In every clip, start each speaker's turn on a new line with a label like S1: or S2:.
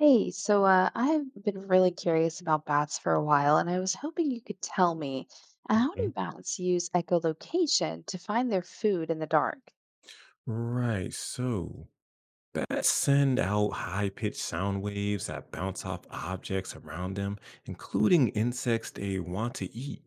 S1: Hey, so I've been really curious about bats for a while, and I was hoping you could tell me how
S2: Mhm.
S1: do bats use echolocation to find their food in the dark?
S2: Right. So bats send out high pitched sound waves that bounce off objects around them, including insects they want to eat.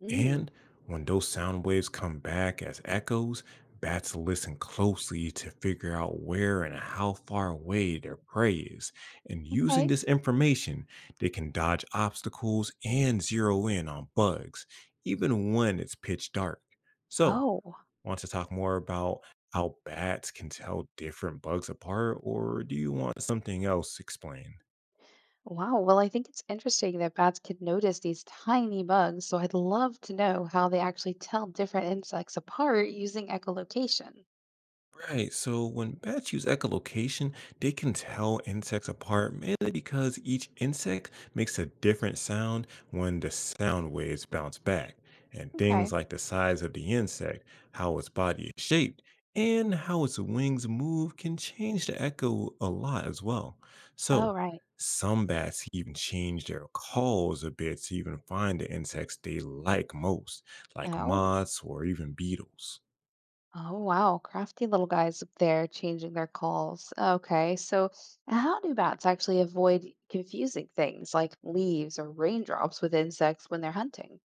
S1: Mm.
S2: And when those sound waves come back as echoes, bats listen closely to figure out where and how far away their prey is. And using
S1: Okay.
S2: this information, they can dodge obstacles and zero in on bugs, even when it's pitch dark. So,
S1: Oh,
S2: want to talk more about how bats can tell different bugs apart, or do you want something else explained?
S1: wow. Well, I think it's interesting that bats can notice these tiny bugs, so I'd love to know how they actually tell different insects apart using echolocation.
S2: Right. So when bats use echolocation, they can tell insects apart mainly because each insect makes a different sound when the sound waves bounce back. And things
S1: Okay.
S2: like the size of the insect, how its body is shaped, and how its wings move can change the echo a lot as well.
S1: Oh,
S2: So
S1: right.
S2: some bats even change their calls a bit to even find the insects they like most, like
S1: Oh.
S2: moths or even beetles.
S1: Oh, wow. Crafty little guys up there changing their calls. Okay. So, how do bats actually avoid confusing things like leaves or raindrops with insects when they're hunting?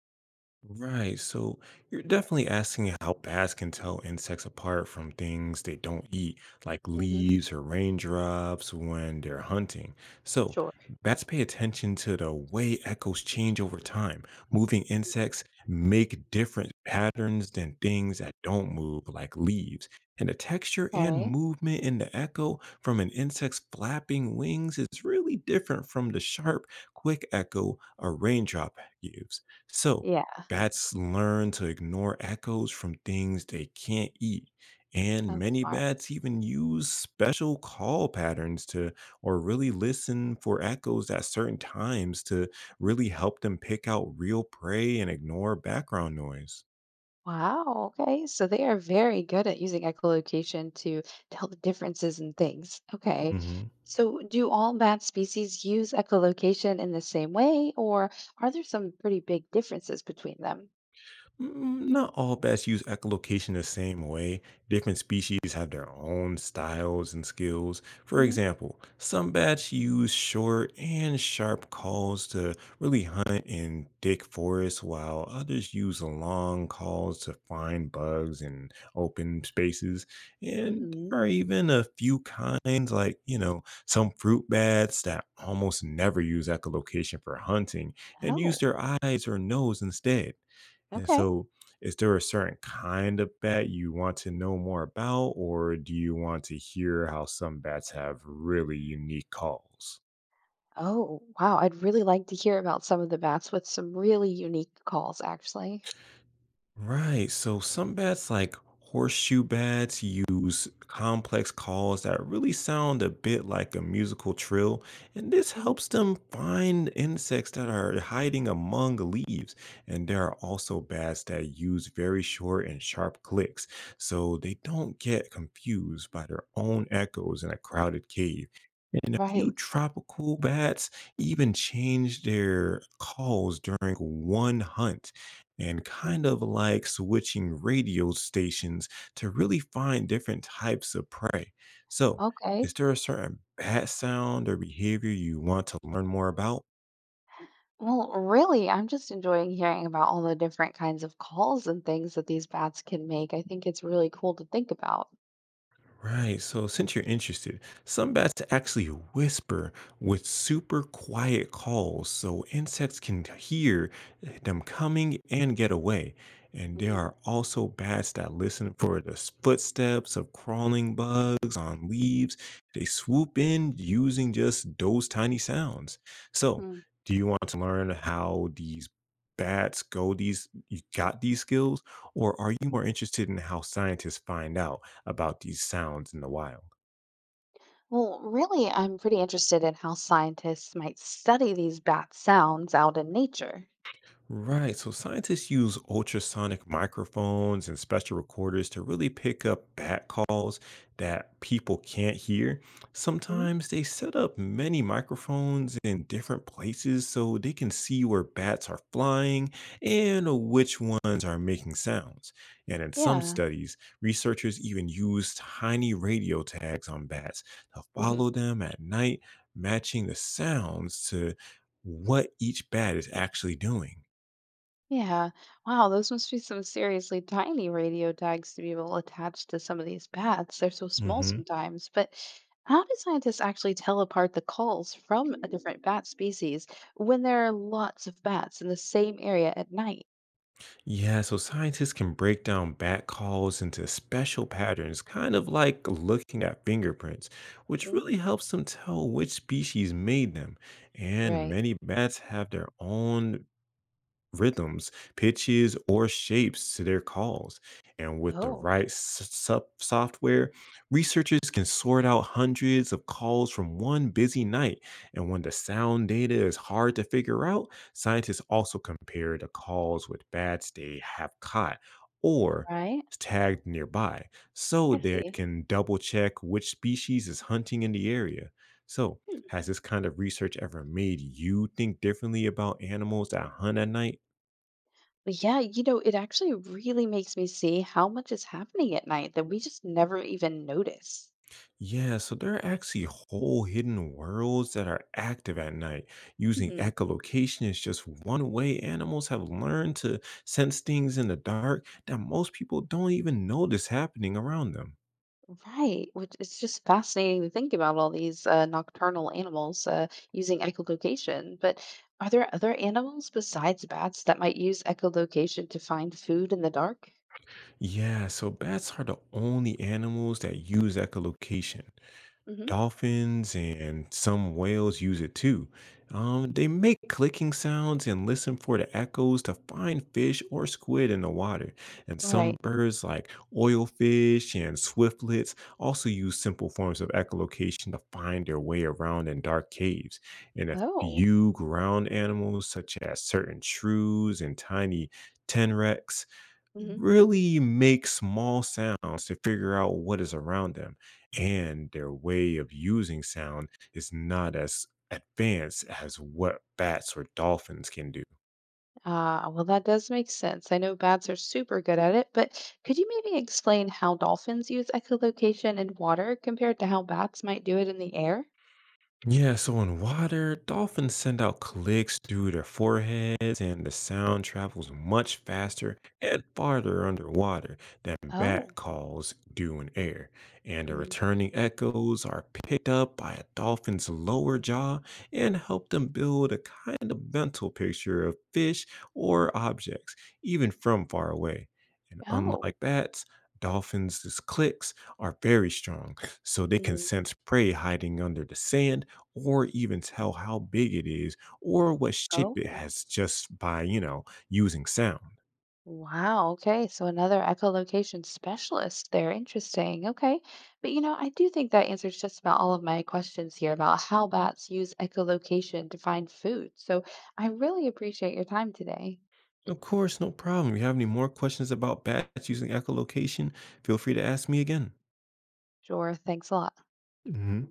S2: Right. So you're definitely asking how bats can tell insects apart from things they don't eat, like
S1: Hmm.
S2: leaves or raindrops when they're hunting. So
S1: Sure.
S2: bats pay attention to the way echoes change over time. Moving insects make different patterns than things that don't move, like leaves. And the texture and
S1: Okay.
S2: movement in the echo from an insect's flapping wings is really different from the sharp, quick echo a raindrop gives. So,
S1: Yeah.
S2: bats learn to ignore echoes from things they can't eat, and
S1: Oh,
S2: many
S1: smart.
S2: bats even use special call patterns to or really listen for echoes at certain times to
S1: Mhm.
S2: really help them pick out real prey and ignore background noise.
S1: Wow. Okay. So, they are very good at using echolocation to tell the differences in things. Okay. So, do all bat species use echolocation in the same way, or are there some pretty big differences between them?
S2: Not all bats use echolocation the same way. Different species have their own styles and skills. For
S1: Hmm.
S2: example, some bats use short and sharp calls to really hunt in thick forests, while others use long calls to find bugs in open spaces. And
S1: Mm-hmm.
S2: there are even a few kinds, like, some fruit bats that almost never use echolocation for hunting and use
S1: Oh.
S2: their eyes or nose instead. And
S1: Okay.
S2: so, is there a certain kind of bat you want to know more about, or do you want to hear how some bats have really unique calls?
S1: Oh, wow. I'd really like to hear about some of the bats with some really unique calls, actually.
S2: Right. So some bats, like horseshoe bats, use complex calls that really sound a bit like a musical trill, and this
S1: Mhm.
S2: helps them find insects that are hiding among leaves. And there are also bats that use very short and sharp clicks, so they don't get confused by their own echoes in a crowded cave. And a few
S1: Right.
S2: tropical bats even change their calls during one hunt and kind
S1: Mm.
S2: of like switching radio stations to really find different types of prey. So, is
S1: Okay.
S2: there a certain bat sound or behavior you want to learn more about?
S1: Well, really, I'm just enjoying hearing about all the different kinds of calls and things that these bats can make. I think it's really cool to think about.
S2: Right. So, since you're interested, some bats actually whisper with super quiet calls so insects can hear them coming and get away. And there
S1: Mhm.
S2: are also bats that listen for the footsteps of crawling bugs on leaves. They swoop in using just those tiny sounds. So,
S1: Mm.
S2: do you want to learn how these bats go these you got these skills or are you more interested in how scientists find out about these sounds in the wild?
S1: Well, really, I'm pretty interested in how scientists might study these bat sounds out in nature.
S2: Right. So scientists use ultrasonic microphones and special recorders to really pick up bat calls that people can't hear.
S1: Mhm.
S2: Sometimes they set up many microphones in different places so they can see where bats are flying and which ones are making sounds. And in some
S1: Yeah.
S2: studies, researchers even use tiny radio tags on bats to follow them at night, matching the sounds to what each bat is actually doing.
S1: Yeah. Wow, those must be some seriously tiny radio tags to be able to attach to some of these bats. They're so small
S2: Hmm.
S1: sometimes. But how do scientists actually tell apart the calls from a different bat species when there are lots of bats in the same area at night?
S2: Yeah, so scientists can break down bat calls into special patterns, kind of like looking at fingerprints, which
S1: Mm.
S2: really helps them tell which species made them. And
S1: Right.
S2: many bats have their own rhythms, pitches, or shapes to their calls. And with the
S1: Oh,
S2: right software, researchers can sort out hundreds of calls from one busy night. And when the sound data is hard to figure out, scientists also compare the calls with bats they have caught or
S1: right.
S2: tagged nearby so
S1: I
S2: they
S1: see.
S2: can double check which species is hunting in the area. So,
S1: Hmm.
S2: has this kind of research ever made you think differently about animals that hunt at night?
S1: But yeah, you know, it actually really makes me see how much is happening at night that we just never even notice.
S2: Yeah, so there are actually whole hidden worlds that are active at night. Using
S1: Mhm.
S2: echolocation is just one way animals have learned to sense things in the dark that most people don't even notice happening around them.
S1: Right, which it's just fascinating to think about all these nocturnal animals using echolocation. But are there other animals besides bats that might use echolocation to find food in the dark?
S2: Yeah, so bats are the only animals that use echolocation.
S1: Hmm.
S2: Dolphins and some whales use it too. They make clicking sounds and listen for the echoes to find fish or squid in the water. And some
S1: Right.
S2: birds, like oilfish and swiftlets, also use simple forms of echolocation to find their way around in dark caves. And a
S1: Oh.
S2: few ground animals, such as certain shrews and tiny tenrecs,
S1: Hmm.
S2: really make small sounds to figure out what is around them. And their way of using sound is not as advanced as what bats or dolphins can do.
S1: Ah, well, that does make sense. I know bats are super good at it, but could you maybe explain how dolphins use echolocation in water compared to how bats might do it in the air?
S2: Yeah, so in water, dolphins send out clicks through their foreheads, and the sound travels much faster and farther underwater than bat
S1: Oh.
S2: calls do in air. And the
S1: Mhm.
S2: returning echoes are picked up by a dolphin's lower jaw and help them build a kind of mental picture of fish or objects, even from far away. And
S1: Oh.
S2: unlike bats, dolphins' clicks are very strong, so they can
S1: Mhm.
S2: sense prey hiding under the sand or even tell how big it is or what shape it
S1: Oh.
S2: has just by, using sound.
S1: Wow. Okay. So another echolocation specialist there. Interesting. Okay. But you know, I do think that answers just about all of my questions here about how bats use echolocation to find food. So I really appreciate your time today.
S2: Of course, no problem. If you have any more questions about bats using echolocation, feel free to ask me again.
S1: Sure. Thanks a lot.
S2: Hmm.